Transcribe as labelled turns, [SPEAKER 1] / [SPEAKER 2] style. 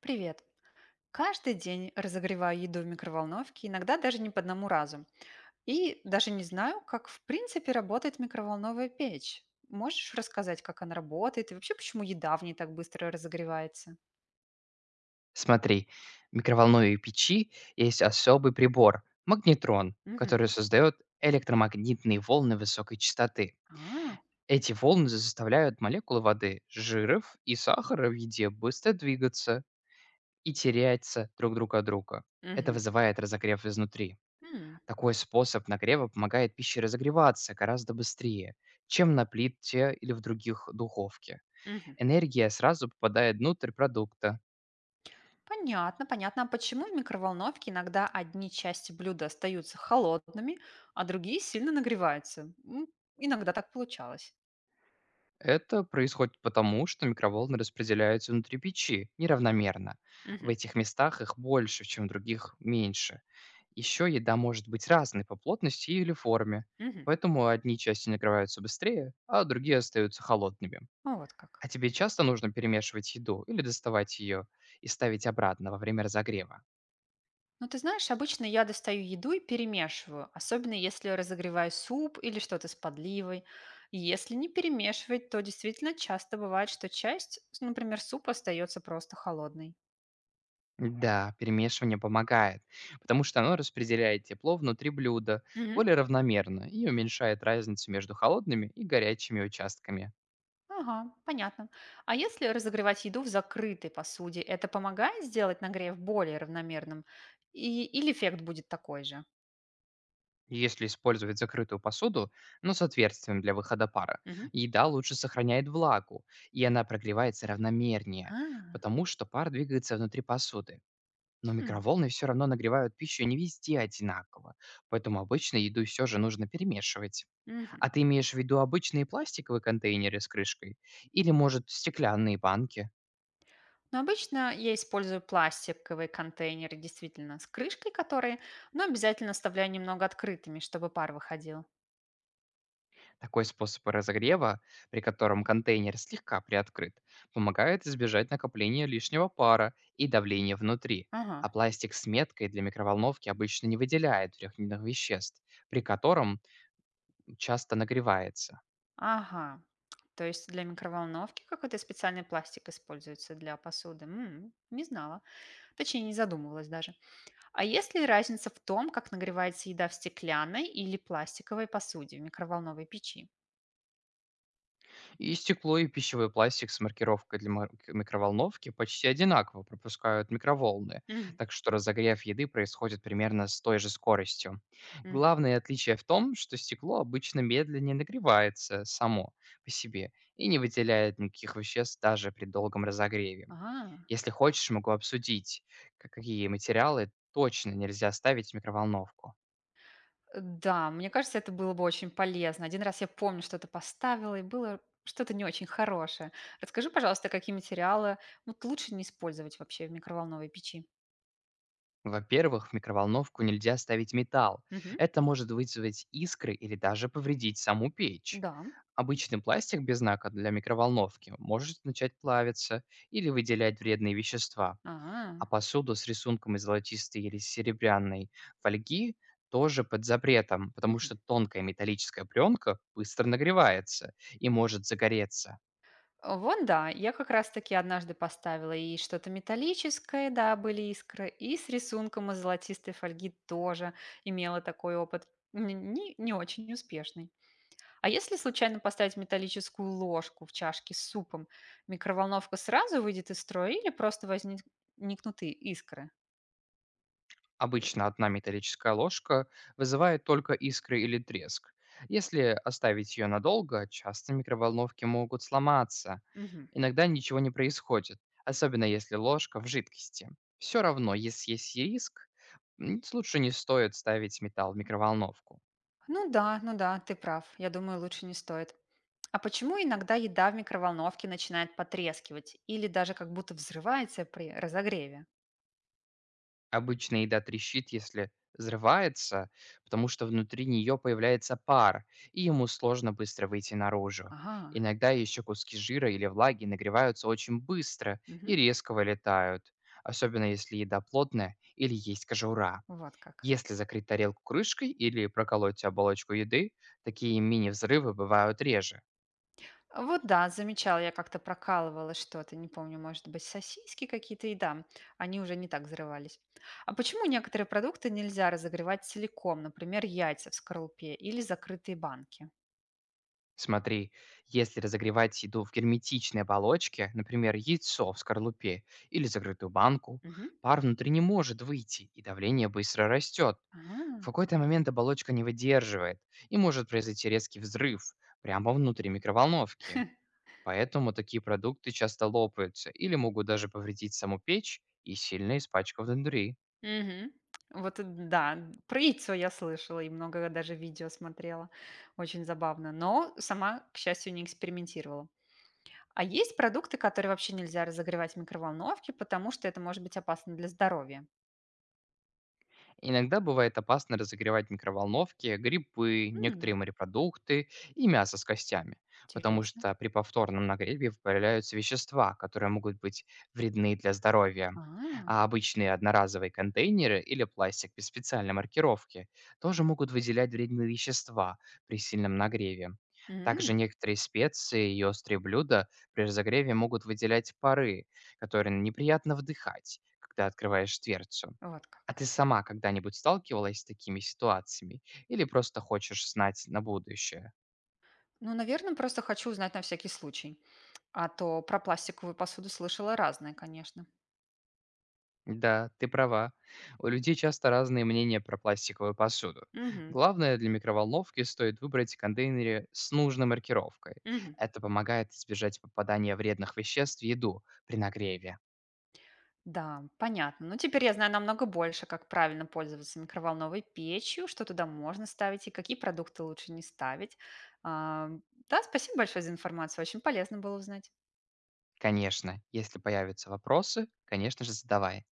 [SPEAKER 1] Привет. Каждый день разогреваю еду в микроволновке, иногда даже не по одному разу. И даже не знаю, как в принципе работает микроволновая печь. Можешь рассказать, как она работает и вообще, почему еда в ней так быстро разогревается?
[SPEAKER 2] Смотри, в микроволновой печи есть особый прибор– магнетрон,
[SPEAKER 1] Мгм.
[SPEAKER 2] который создает электромагнитные волны высокой частоты.
[SPEAKER 1] А,
[SPEAKER 2] Эти волны заставляют молекулы воды, жиров и сахара в еде быстро двигаться и теряться друг друга от друга. Это
[SPEAKER 1] мгм.
[SPEAKER 2] вызывает разогрев изнутри.
[SPEAKER 1] М,
[SPEAKER 2] Такой способ нагрева помогает пище разогреваться гораздо быстрее, чем на плите или в других духовке.
[SPEAKER 1] мгм.
[SPEAKER 2] Энергия сразу попадает внутрь продукта.
[SPEAKER 1] Понятно, понятно. А почему в микроволновке иногда одни части блюда остаются холодными, а другие сильно нагреваются? Иногда так получалось.
[SPEAKER 2] Это происходит потому, что микроволны распределяются внутри печи неравномерно. В
[SPEAKER 1] Мгм.
[SPEAKER 2] этих местах их больше, чем в других меньше. Еще еда может быть разной по плотности или форме,
[SPEAKER 1] Мгм.
[SPEAKER 2] поэтому одни части нагреваются быстрее, а другие остаются холодными.
[SPEAKER 1] Ну, вот
[SPEAKER 2] А
[SPEAKER 1] как.
[SPEAKER 2] тебе часто нужно перемешивать еду или доставать ее и ставить обратно во время разогрева?
[SPEAKER 1] Ну, ты знаешь, обычно я достаю еду и перемешиваю, особенно если разогреваю суп или что-то с подливой. И если не перемешивать, то действительно часто бывает, что часть, например, супа остается просто холодной.
[SPEAKER 2] Да, перемешивание помогает, потому что оно распределяет тепло внутри блюда
[SPEAKER 1] Мгм.
[SPEAKER 2] более равномерно и уменьшает разницу между холодными и горячими участками.
[SPEAKER 1] Ага, понятно. А если разогревать еду в закрытой посуде, это помогает сделать нагрев более равномерным? Или эффект будет такой же?
[SPEAKER 2] Если использовать закрытую посуду, но с отверстием для выхода пара,
[SPEAKER 1] Мгм.
[SPEAKER 2] еда лучше сохраняет влагу, и она прогревается равномернее,
[SPEAKER 1] А,
[SPEAKER 2] потому что пар двигается внутри посуды. Но
[SPEAKER 1] хм,
[SPEAKER 2] микроволны все равно нагревают пищу не везде одинаково, поэтому обычно еду все же нужно перемешивать.
[SPEAKER 1] мгм.
[SPEAKER 2] А ты имеешь в виду обычные пластиковые контейнеры с крышкой или, может, стеклянные банки?
[SPEAKER 1] Но обычно я использую пластиковые контейнеры, действительно, с крышкой которые, но обязательно оставляю немного открытыми, чтобы пар выходил.
[SPEAKER 2] Такой способ разогрева, при котором контейнер слегка приоткрыт, помогает избежать накопления лишнего пара и давления внутри.
[SPEAKER 1] Ага,
[SPEAKER 2] А пластик с меткой для микроволновки обычно не выделяет трехминных веществ, при котором часто нагревается.
[SPEAKER 1] ага. То есть для микроволновки какой-то специальный пластик используется для посуды. Не знала. Точнее, не задумывалась даже. А есть ли разница в том, как нагревается еда в стеклянной или пластиковой посуде в микроволновой печи?
[SPEAKER 2] И стекло, и пищевой пластик с маркировкой для микроволновки почти одинаково пропускают микроволны,
[SPEAKER 1] М,
[SPEAKER 2] так что разогрев еды происходит примерно с той же скоростью.
[SPEAKER 1] м.
[SPEAKER 2] Главное отличие в том, что стекло обычно медленнее нагревается само по себе и не выделяет никаких веществ даже при долгом разогреве.
[SPEAKER 1] А,
[SPEAKER 2] Если хочешь, могу обсудить, какие материалы точно нельзя ставить в микроволновку.
[SPEAKER 1] Да, мне кажется, это было бы очень полезно. Один раз я помню, что-то поставила, и было что-то не очень хорошее. Расскажи, пожалуйста, какие материалы вот лучше не использовать вообще в микроволновой печи?
[SPEAKER 2] Во-первых, в микроволновку нельзя ставить металл.
[SPEAKER 1] Мгм.
[SPEAKER 2] Это может вызвать искры или даже повредить саму печь.
[SPEAKER 1] Да.
[SPEAKER 2] Обычный пластик без знака для микроволновки может начать плавиться или выделять вредные вещества. А
[SPEAKER 1] А,
[SPEAKER 2] посуду с рисунком из золотистой или серебряной фольги тоже под запретом, потому
[SPEAKER 1] мгм.
[SPEAKER 2] что тонкая металлическая пленка быстро нагревается и может загореться.
[SPEAKER 1] Вон, да, я как раз-таки однажды поставила и что-то металлическое, да, были искры, и с рисунком из золотистой фольги тоже имела такой опыт. Не очень успешный. А если случайно поставить металлическую ложку в чашке с супом, микроволновка сразу выйдет из строя или просто возникнут искры?
[SPEAKER 2] Обычно одна металлическая ложка вызывает только искры или треск. Если оставить ее надолго, часто микроволновки могут сломаться.
[SPEAKER 1] Мгм.
[SPEAKER 2] Иногда ничего не происходит, особенно если ложка в жидкости. Все равно, если есть риск, лучше не стоит ставить металл в микроволновку.
[SPEAKER 1] Ну да, ну да, ты прав. Я думаю, лучше не стоит. А почему иногда еда в микроволновке начинает потрескивать или даже как будто взрывается при разогреве?
[SPEAKER 2] Обычно еда трещит, если взрывается, потому что внутри нее появляется пар, и ему сложно быстро выйти наружу.
[SPEAKER 1] Ага,
[SPEAKER 2] Иногда еще куски жира или влаги нагреваются очень быстро
[SPEAKER 1] мгм.
[SPEAKER 2] и резко вылетают, особенно если еда плотная или есть кожура.
[SPEAKER 1] Вот как.
[SPEAKER 2] Если закрыть тарелку крышкой или проколоть оболочку еды, такие мини-взрывы бывают реже.
[SPEAKER 1] Вот да, замечала, я как-то прокалывала что-то, не помню, может быть, сосиски какие-то, и да, они уже не так взрывались. А почему некоторые продукты нельзя разогревать целиком, например, яйца в скорлупе или закрытые банки?
[SPEAKER 2] Смотри, если разогревать еду в герметичной оболочке, например, яйцо в скорлупе или закрытую банку,
[SPEAKER 1] Мгм.
[SPEAKER 2] пар внутри не может выйти, и давление быстро растет. В
[SPEAKER 1] А,
[SPEAKER 2] какой-то момент оболочка не выдерживает, и может произойти резкий взрыв прямо внутри микроволновки. Поэтому такие продукты часто лопаются или могут даже повредить саму печь и сильно испачкав индури.
[SPEAKER 1] мгм. Вот это да, про яйцо я слышала и много даже видео смотрела, очень забавно, но сама, к счастью, не экспериментировала. А есть продукты, которые вообще нельзя разогревать в микроволновке, потому что это может быть опасно для здоровья?
[SPEAKER 2] Иногда бывает опасно разогревать микроволновки, грибы, некоторые морепродукты и мясо с костями, потому
[SPEAKER 1] Интересно.
[SPEAKER 2] что при повторном нагреве выделяются вещества, которые могут быть вредны для здоровья.
[SPEAKER 1] А,
[SPEAKER 2] А обычные одноразовые контейнеры или пластик без специальной маркировки тоже могут выделять вредные вещества при сильном нагреве.
[SPEAKER 1] м,
[SPEAKER 2] Также некоторые специи и острые блюда при разогреве могут выделять пары, которые неприятно вдыхать, когда открываешь дверцу.
[SPEAKER 1] вот
[SPEAKER 2] А
[SPEAKER 1] как.
[SPEAKER 2] ты сама когда-нибудь сталкивалась с такими ситуациями или просто хочешь знать на будущее?
[SPEAKER 1] Ну, наверное, просто хочу узнать на всякий случай. А то про пластиковую посуду слышала разное, конечно.
[SPEAKER 2] Да, ты права. У людей часто разные мнения про пластиковую посуду.
[SPEAKER 1] Мгм,
[SPEAKER 2] Главное, для микроволновки стоит выбрать контейнеры с нужной маркировкой.
[SPEAKER 1] мгм.
[SPEAKER 2] Это помогает избежать попадания вредных веществ в еду при нагреве.
[SPEAKER 1] Да, понятно. Ну, теперь я знаю намного больше, как правильно пользоваться микроволновой печью, что туда можно ставить и какие продукты лучше не ставить. А, да, спасибо большое за информацию. Очень полезно было узнать.
[SPEAKER 2] Конечно, если появятся вопросы, конечно же, задавай.